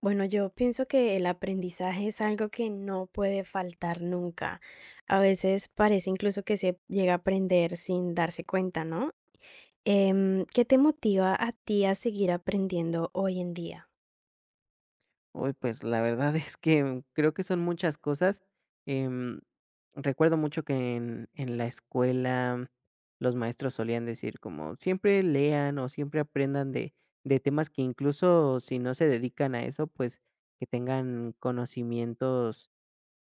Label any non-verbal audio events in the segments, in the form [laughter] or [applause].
Bueno, yo pienso que el aprendizaje es algo que no puede faltar nunca. A veces parece incluso que se llega a aprender sin darse cuenta, ¿no? ¿Qué te motiva a ti a seguir aprendiendo hoy en día? Uy, pues, la verdad es que creo que son muchas cosas, em, recuerdo mucho que en la escuela los maestros solían decir como: "Siempre lean o siempre aprendan de temas que incluso si no se dedican a eso, pues, que tengan conocimientos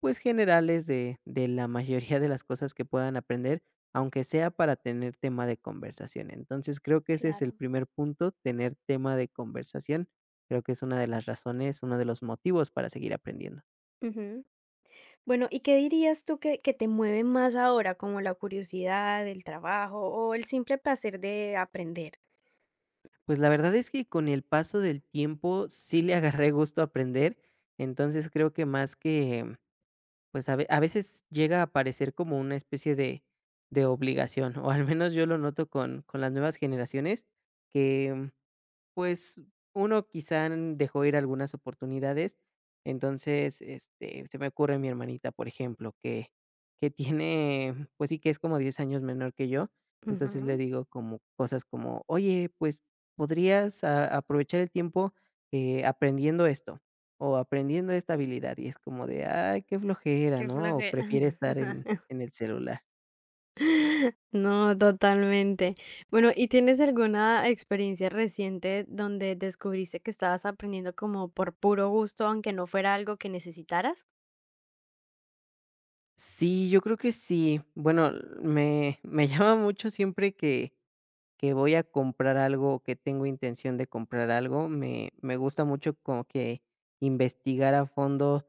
pues, generales de la mayoría de las cosas que puedan aprender, aunque sea para tener tema de conversación". Entonces, creo que ese es el Claro. primer punto, tener tema de conversación. Creo que es una de las razones, uno de los motivos para seguir aprendiendo. Ujú. Bueno, ¿y qué dirías tú que te mueve más ahora, como la curiosidad, el trabajo o el simple placer de aprender? Pues, la verdad es que con el paso del tiempo sí le agarré gusto a aprender, entonces creo que más que, pues, a veces llega a parecer como una especie de obligación, o al menos yo lo noto con las nuevas generaciones que pues, uno quizá dejó ir algunas oportunidades. Entonces, este, se me ocurre mi hermanita, por ejemplo, que tiene, pues sí, que es como 10 años menor que yo. Entonces, le Ujú. digo como cosas como: "Oye, pues, podrías a aprovechar el tiempo, aprendiendo esto, o aprendiendo esta habilidad", y es como de: "Ay, qué flojera", Qué ¿no? O flojera. prefiere estar en [laughs] en el celular. [laughs] No, totalmente. Bueno, ¿y tienes alguna experiencia reciente donde descubriste que estabas aprendiendo como por puro gusto, aunque no fuera algo que necesitaras? Sí, yo creo que sí. Bueno, me [laughs] llama mucho siempre que voy a comprar algo, o que tengo intención de comprar algo, me gusta mucho como que investigar a fondo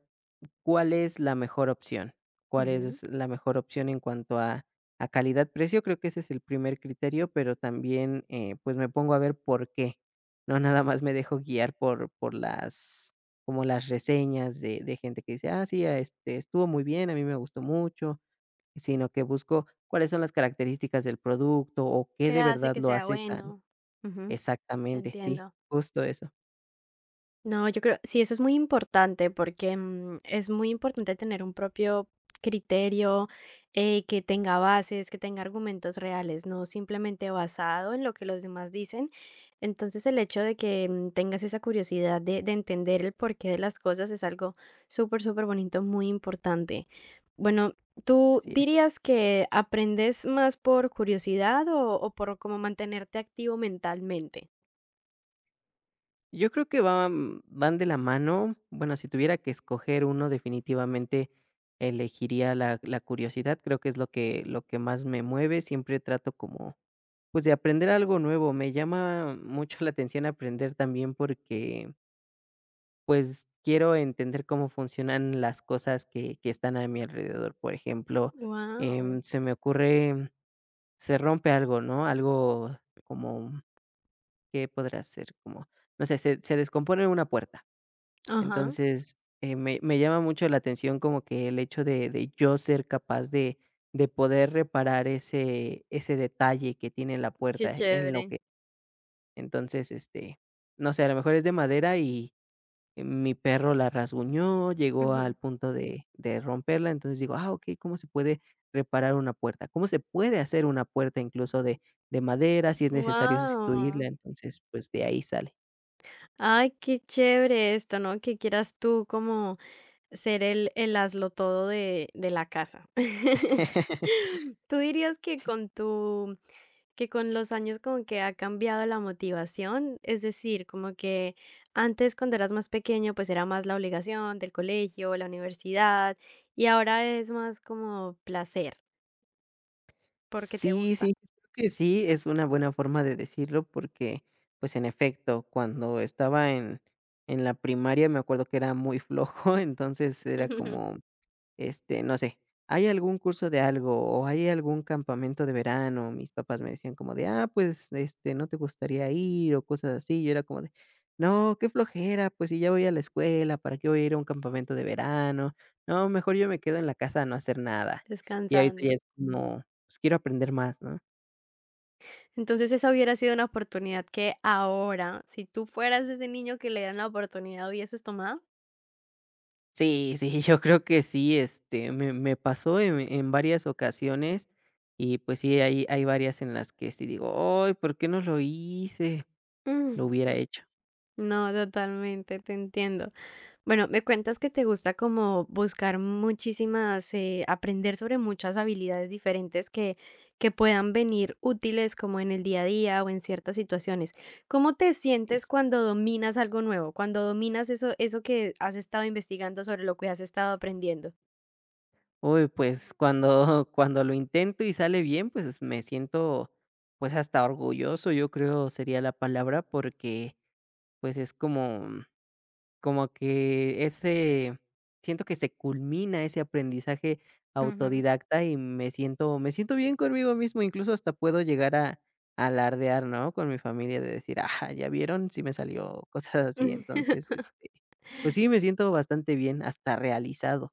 cuál es la mejor opción, cuál Ujú. es la mejor opción en cuanto a calidad-precio. Creo que ese es el primer criterio, pero también pues me pongo a ver por qué, no nada más me dejo guiar por las como las reseñas de gente que dice: "Ah, sí, a este, estuvo muy bien, a mí me gustó mucho", sino que busco cuáles son las características del producto, o qué ¿Qué de hace verdad que lo sea hace tan bueno? Ujú, te exactamente, sí, entiendo. justo eso, No, yo creo sí, eso es muy importante porque, es muy importante tener un propio criterio, que tenga bases, que tenga argumentos reales, no simplemente basado en lo que los demás dicen. Entonces, el hecho de que, tengas esa curiosidad de entender el porqué de las cosas es algo súper, súper bonito, muy importante. Bueno, ¿tú así es. dirías que aprendes más por curiosidad o por como mantenerte activo mentalmente? Yo creo que van de la mano. Bueno, si tuviera que escoger uno, definitivamente elegiría la curiosidad. Creo que es lo que más me mueve, siempre trato como, pues, de aprender algo nuevo. Me llama mucho la atención aprender también porque pues quiero entender cómo funcionan las cosas que están a mi alrededor. Por ejemplo, Wow. Se me ocurre, se rompe algo, ¿no? Algo como, ¿qué podrá ser? Como, no sé, se descompone una puerta. Ajá. Entonces, me llama mucho la atención como que el hecho de yo ser capaz de poder reparar ese ese detalle que tiene la Qué puerta en lo chévere. que entonces, este, no sé, a lo mejor es de madera y mi perro la rasguñó, llegó al Ujú. punto de romperla. Entonces digo: "Ah, ok, ¿cómo se puede reparar una puerta? ¿Cómo se puede hacer una puerta incluso de madera, si es necesario sustituirla?". Wow. Entonces, pues, de ahí sale. Ay, qué chévere esto, ¿no? Que quieras tú como ser el hazlo todo de la casa. [laughs] [laughs] ¿Tú dirías que con que con los años como que ha cambiado la motivación? Es decir, como que antes cuando eras más pequeño, pues era más la obligación del colegio, la universidad, y ahora es más como placer, porque te Sí, sí, gusta. creo que sí, es una buena forma de decirlo porque, pues, en efecto, cuando estaba en la primaria me acuerdo que era muy flojo, [laughs] entonces era como [laughs] este, no sé, ¿hay algún curso de algo o hay algún campamento de verano? Mis papás me decían como de: "Ah, pues, este, ¿no te gustaría ir?" O cosas así. Yo era como de, no, qué flojera, pues si ya voy a la escuela, ¿para qué voy a ir a un campamento de verano? No, mejor yo me quedo en la casa a no hacer nada. Y ahorita ya Descansando. es como, pues quiero aprender más, ¿no? Entonces, esa hubiera sido una oportunidad que ahora, si tú fueras ese niño que le dieran la oportunidad, ¿hubieses tomado? Sí, sí, [laughs] yo creo que sí, este, me pasó en varias ocasiones y pues sí, hay varias en las que sí digo: "Ay, ¿por qué no lo hice? Ujú. Lo hubiera [laughs] hecho", No, totalmente, te entiendo. Bueno, me cuentas que te gusta como buscar muchísimas, aprender sobre muchas habilidades diferentes que puedan venir útiles como en el día a día o en ciertas situaciones. ¿Cómo te así sientes es. cuando dominas algo nuevo? Cuando dominas eso, eso que has estado investigando sobre lo que has estado aprendiendo. Uy, pues, cuando [laughs] cuando lo intento y sale bien, pues, me siento, pues, hasta orgulloso, yo creo sería la palabra, porque, pues, es como como que ese siento que se culmina ese aprendizaje Ujú. autodidacta y me siento bien conmigo mismo, incluso hasta puedo llegar a alardear, ¿no?, con mi familia de decir: "Ah, ¿ya vieron? Sí me salió", [laughs] cosas así. Entonces, [laughs] este, pues sí, me siento bastante bien, hasta realizado.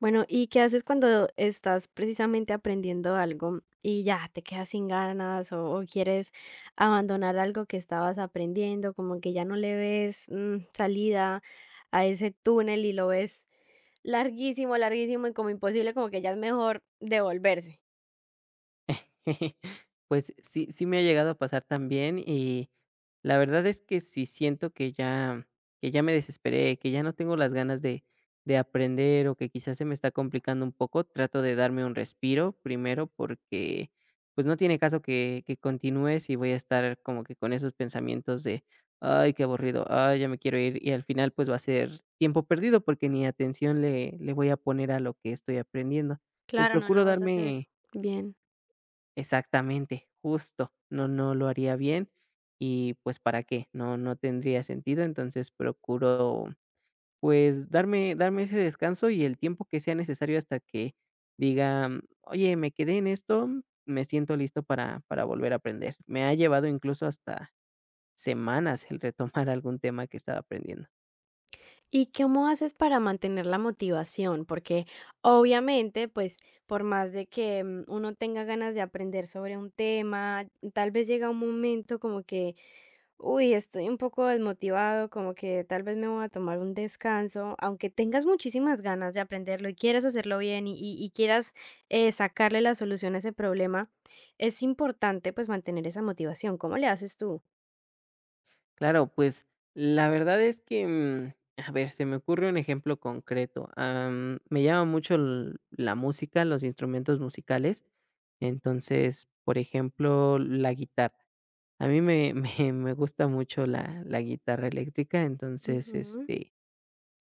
Bueno, ¿y qué haces cuando estás precisamente aprendiendo algo y ya te quedas sin ganas o quieres abandonar algo que estabas aprendiendo, como que ya no le ves salida a ese túnel y lo ves larguísimo, larguísimo y como imposible, como que ya es mejor devolverse? [laughs] Pues sí, sí me ha llegado a pasar también y la verdad es que si siento que ya, me desesperé, que ya no tengo las ganas de aprender o que quizás se me está complicando un poco, trato de darme un respiro primero porque pues no tiene caso que continúe si voy a estar como que con esos pensamientos de, ay, qué aburrido, ay, ya me quiero ir y al final pues va a ser tiempo perdido porque ni atención le voy a poner a lo que estoy aprendiendo. Entonces Claro, no procuro lo vas a hacer darme bien. exactamente, justo. No, no lo haría bien y pues para qué, no, no tendría sentido. Entonces procuro pues darme ese descanso y el tiempo que sea necesario hasta que diga: "Mm, oye, me quedé en esto, me siento listo para volver a aprender". Me ha llevado incluso hasta semanas el retomar [laughs] algún tema que estaba aprendiendo. ¿Y cómo haces para mantener la motivación? Porque obviamente, pues, por más de que uno tenga ganas de aprender sobre un tema, tal vez llega un momento como que, uy, estoy un poco desmotivado, como que tal vez me voy a tomar un descanso, aunque tengas muchísimas ganas de aprenderlo y quieras hacerlo bien y quieras sacarle la solución a ese problema, es importante pues mantener esa motivación. ¿Cómo le haces tú? Claro, pues, la verdad es que, mm, a ver, se me ocurre un ejemplo concreto. Am, me llama mucho l la música, los instrumentos musicales. Entonces, por ejemplo, la guitarra. A mí me [laughs] me gusta mucho la guitarra eléctrica. Entonces, Ujú, este,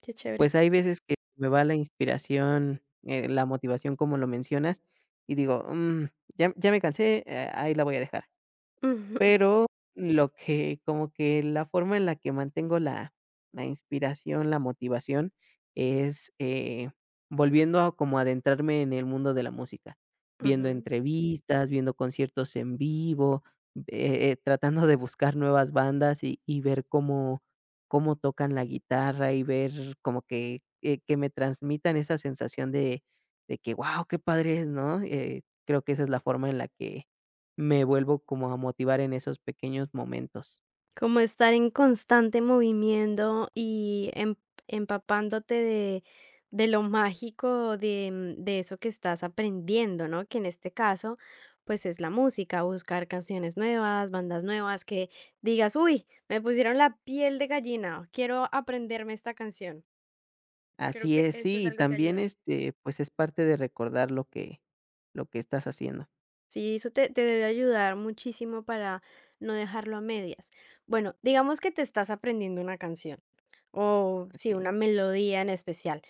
qué chévere. pues, hay veces que me va la inspiración, la motivación, como lo mencionas, y digo: "Mm, ya me cansé, ahí la voy a dejar". Ujú, Pero lo que como que la forma en la que mantengo la inspiración, la motivación es, volviendo a como adentrarme en el mundo de la música, viendo ujú. entrevistas, viendo conciertos en vivo, tratando de buscar nuevas bandas y ver cómo cómo tocan la guitarra y ver como que me transmitan esa sensación de que, wow, qué padre es, ¿no? Creo que esa es la forma en la que me vuelvo como a motivar en esos pequeños momentos. Como estar en constante movimiento y empapándote de lo mágico de, de eso que estás aprendiendo, ¿no? Que en este caso, pues es la música, buscar canciones nuevas, bandas nuevas, que digas, uy, me pusieron la piel de gallina, quiero aprenderme esta canción. Creo Así que es, eso sí, es y algo que también, ayuda. este, pues, es parte de recordar lo que estás haciendo. Sí, eso te debe ayudar muchísimo para no dejarlo a medias. Bueno, digamos que te estás aprendiendo una canción o sí, Okey. una melodía en especial.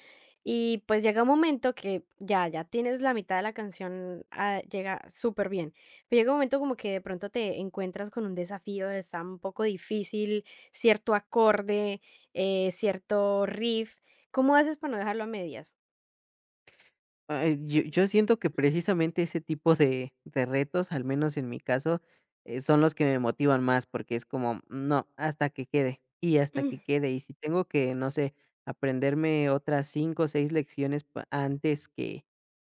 Y pues llega un momento que ya, ya tienes la mitad de la canción, ah, llega súper bien. Pero llega un momento como que de pronto te encuentras con un desafío, está un poco difícil, cierto acorde, cierto riff. ¿Cómo haces para no dejarlo a medias? Ah, yo siento que precisamente ese tipo de retos, al menos en mi caso, son los que me motivan más, porque es como, no, hasta que quede, y hasta Mm, que quede. Y si tengo que, no sé, aprenderme otras 5 o 6 lecciones pa antes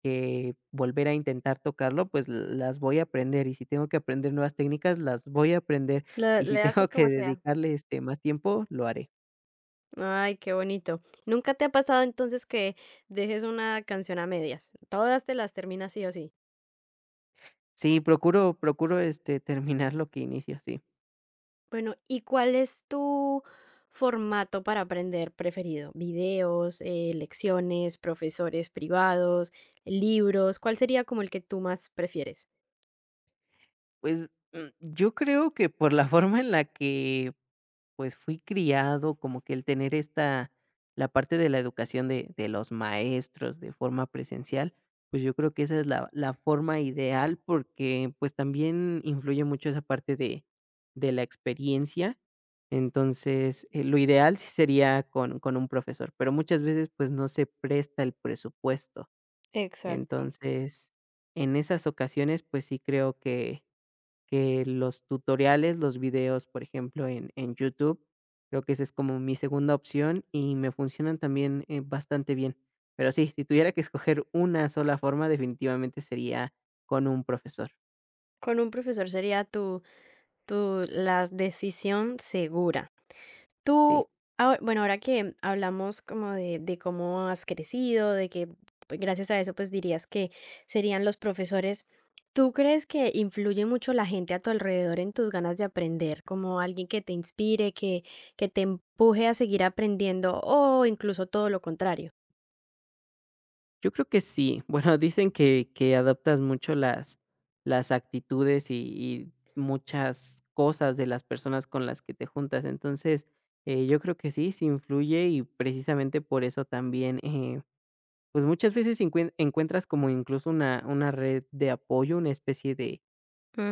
que volver a intentar tocarlo, pues las voy a aprender, y si tengo que aprender nuevas técnicas, las voy a aprender, le y si le [laughs] tengo haces como que sea. dedicarle, este, más tiempo, lo haré. Ay, qué bonito. ¿Nunca te ha pasado entonces que dejes una canción a medias? Todas te las terminas sí o sí. Sí, procuro, este, terminar lo que inicio, sí. Bueno, ¿y cuál es tu formato para aprender preferido? ¿Videos, lecciones, profesores privados, libros? ¿Cuál sería como el que tú más prefieres? Pues, mm, yo creo que por la [laughs] forma en la que, pues, fui criado, como que el tener esta la parte de la educación de los maestros de forma presencial, pues, yo creo que esa es la forma ideal, porque, pues, también influye mucho esa parte de la experiencia. Entonces, lo ideal sí sería con un profesor, pero muchas veces, pues, no se presta el presupuesto. Exacto. Entonces, en esas ocasiones, pues, sí creo que los tutoriales, los videos, por ejemplo, en YouTube, creo que esa es como mi segunda opción y me funcionan también, bastante bien. Pero sí, si tuviera que escoger una sola forma, definitivamente sería con un profesor. Con un profesor sería la decisión segura. Sí, Tú, ah, bueno, ahora que hablamos como de cómo has crecido, de que pues, gracias a eso, pues dirías que serían los profesores. ¿Tú crees que influye mucho la gente a tu alrededor en tus ganas de aprender? Como alguien que te inspire, que te empuje a seguir aprendiendo o incluso todo lo contrario. yo creo que sí. [laughs] Bueno, dicen que adoptas mucho las actitudes y muchas cosas de las personas con las que te juntas. Entonces, yo creo que sí, sí influye y precisamente por eso también, eh, pues muchas veces encuentras como incluso una red de apoyo, una especie de,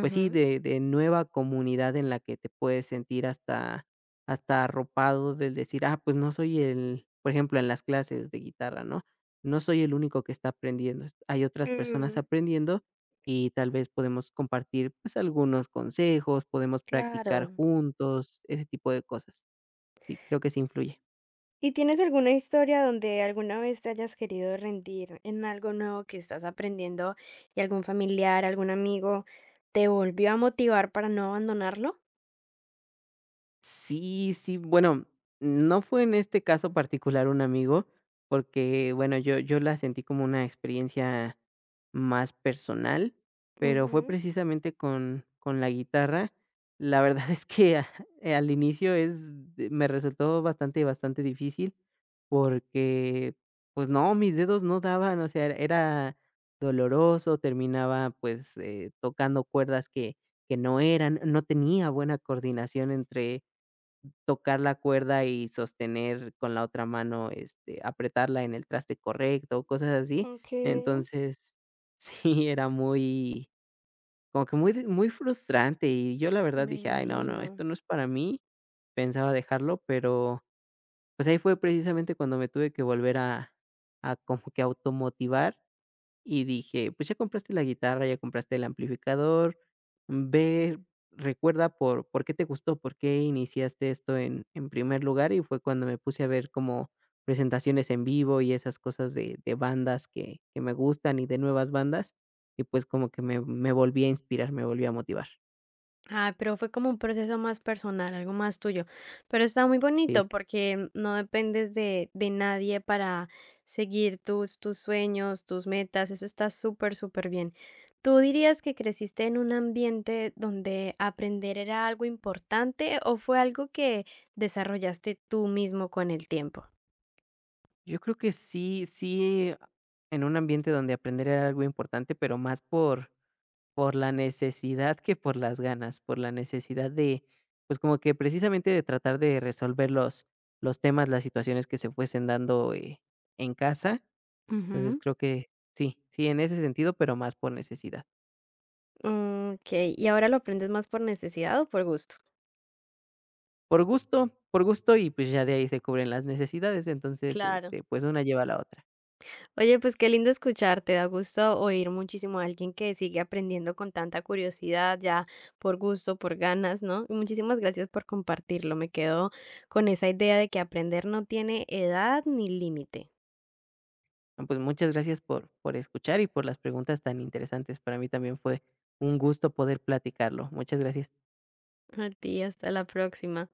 pues sí, de nueva comunidad en la que te puedes sentir hasta hasta arropado del decir: "Ah, pues no soy el", por ejemplo, en las clases de guitarra, ¿no? No soy el único que está aprendiendo, es hay otras personas Mm, aprendiendo y tal vez podemos compartir, pues, algunos consejos, podemos practicar claro. juntos, ese tipo de cosas. Sí, creo que sí influye. ¿Y tienes alguna historia donde alguna vez te hayas querido rendir en algo nuevo que estás aprendiendo y algún familiar, algún amigo te volvió a motivar para no abandonarlo? Sí, sí, bueno, no fue en este caso particular un amigo, porque, bueno, yo la sentí como una experiencia más personal, pero fue Ujú, precisamente con la guitarra. La verdad [laughs] es que a al inicio es de me resultó bastante, bastante difícil porque, pues no, mis dedos no daban, o sea, era doloroso, terminaba, pues, tocando cuerdas que no eran, no tenía buena coordinación entre tocar la cuerda y sostener con la otra mano, este, apretarla en el traste correcto, cosas así. okey. Entonces, [laughs] sí, era muy, como que muy, muy frustrante y yo la verdad Me dije: "Ay, no, no, imagino. esto no es para mí". Pensaba dejarlo, pero pues ahí fue precisamente cuando me tuve que volver a como que automotivar y dije: "Pues ya compraste la guitarra, ya compraste el amplificador, ve, recuerda por qué te gustó, por qué iniciaste esto en primer lugar", y fue cuando me puse a ver como presentaciones en vivo y esas cosas de bandas que me gustan y de nuevas bandas, y pues como que me volví a inspirar, me volví a motivar. Ah, pero fue como un proceso más personal, algo más tuyo. Pero está muy Sí, bonito porque no dependes de nadie para seguir tus sueños, tus metas. Eso está súper, súper bien. ¿Tú dirías que creciste en un ambiente donde aprender era algo importante o fue algo que desarrollaste tú mismo con el tiempo? yo creo que sí, en un ambiente donde aprender era algo importante, pero más por la necesidad que por las ganas, por la necesidad de, pues, como que precisamente de tratar de resolver los temas, las situaciones que se fuesen dando, en casa. Entonces, creo que sí, sí, en ese sentido, pero más por necesidad. Okey, ¿y ahora lo aprendes más por necesidad o por gusto? Por gusto y, pues, ya de ahí se cubren las necesidades. Entonces, Claro. este, pues, una lleva a la otra. Oye, pues qué lindo escucharte, da gusto oír muchísimo a alguien que sigue aprendiendo con tanta curiosidad, ya por gusto, por ganas, ¿no? Y muchísimas gracias por compartirlo, me quedo con esa idea de que aprender no tiene edad ni límite. No, pues, muchas gracias por escuchar y por las preguntas tan interesantes. Para mí también fue un gusto poder platicarlo. Muchas gracias. A ti, hasta la próxima.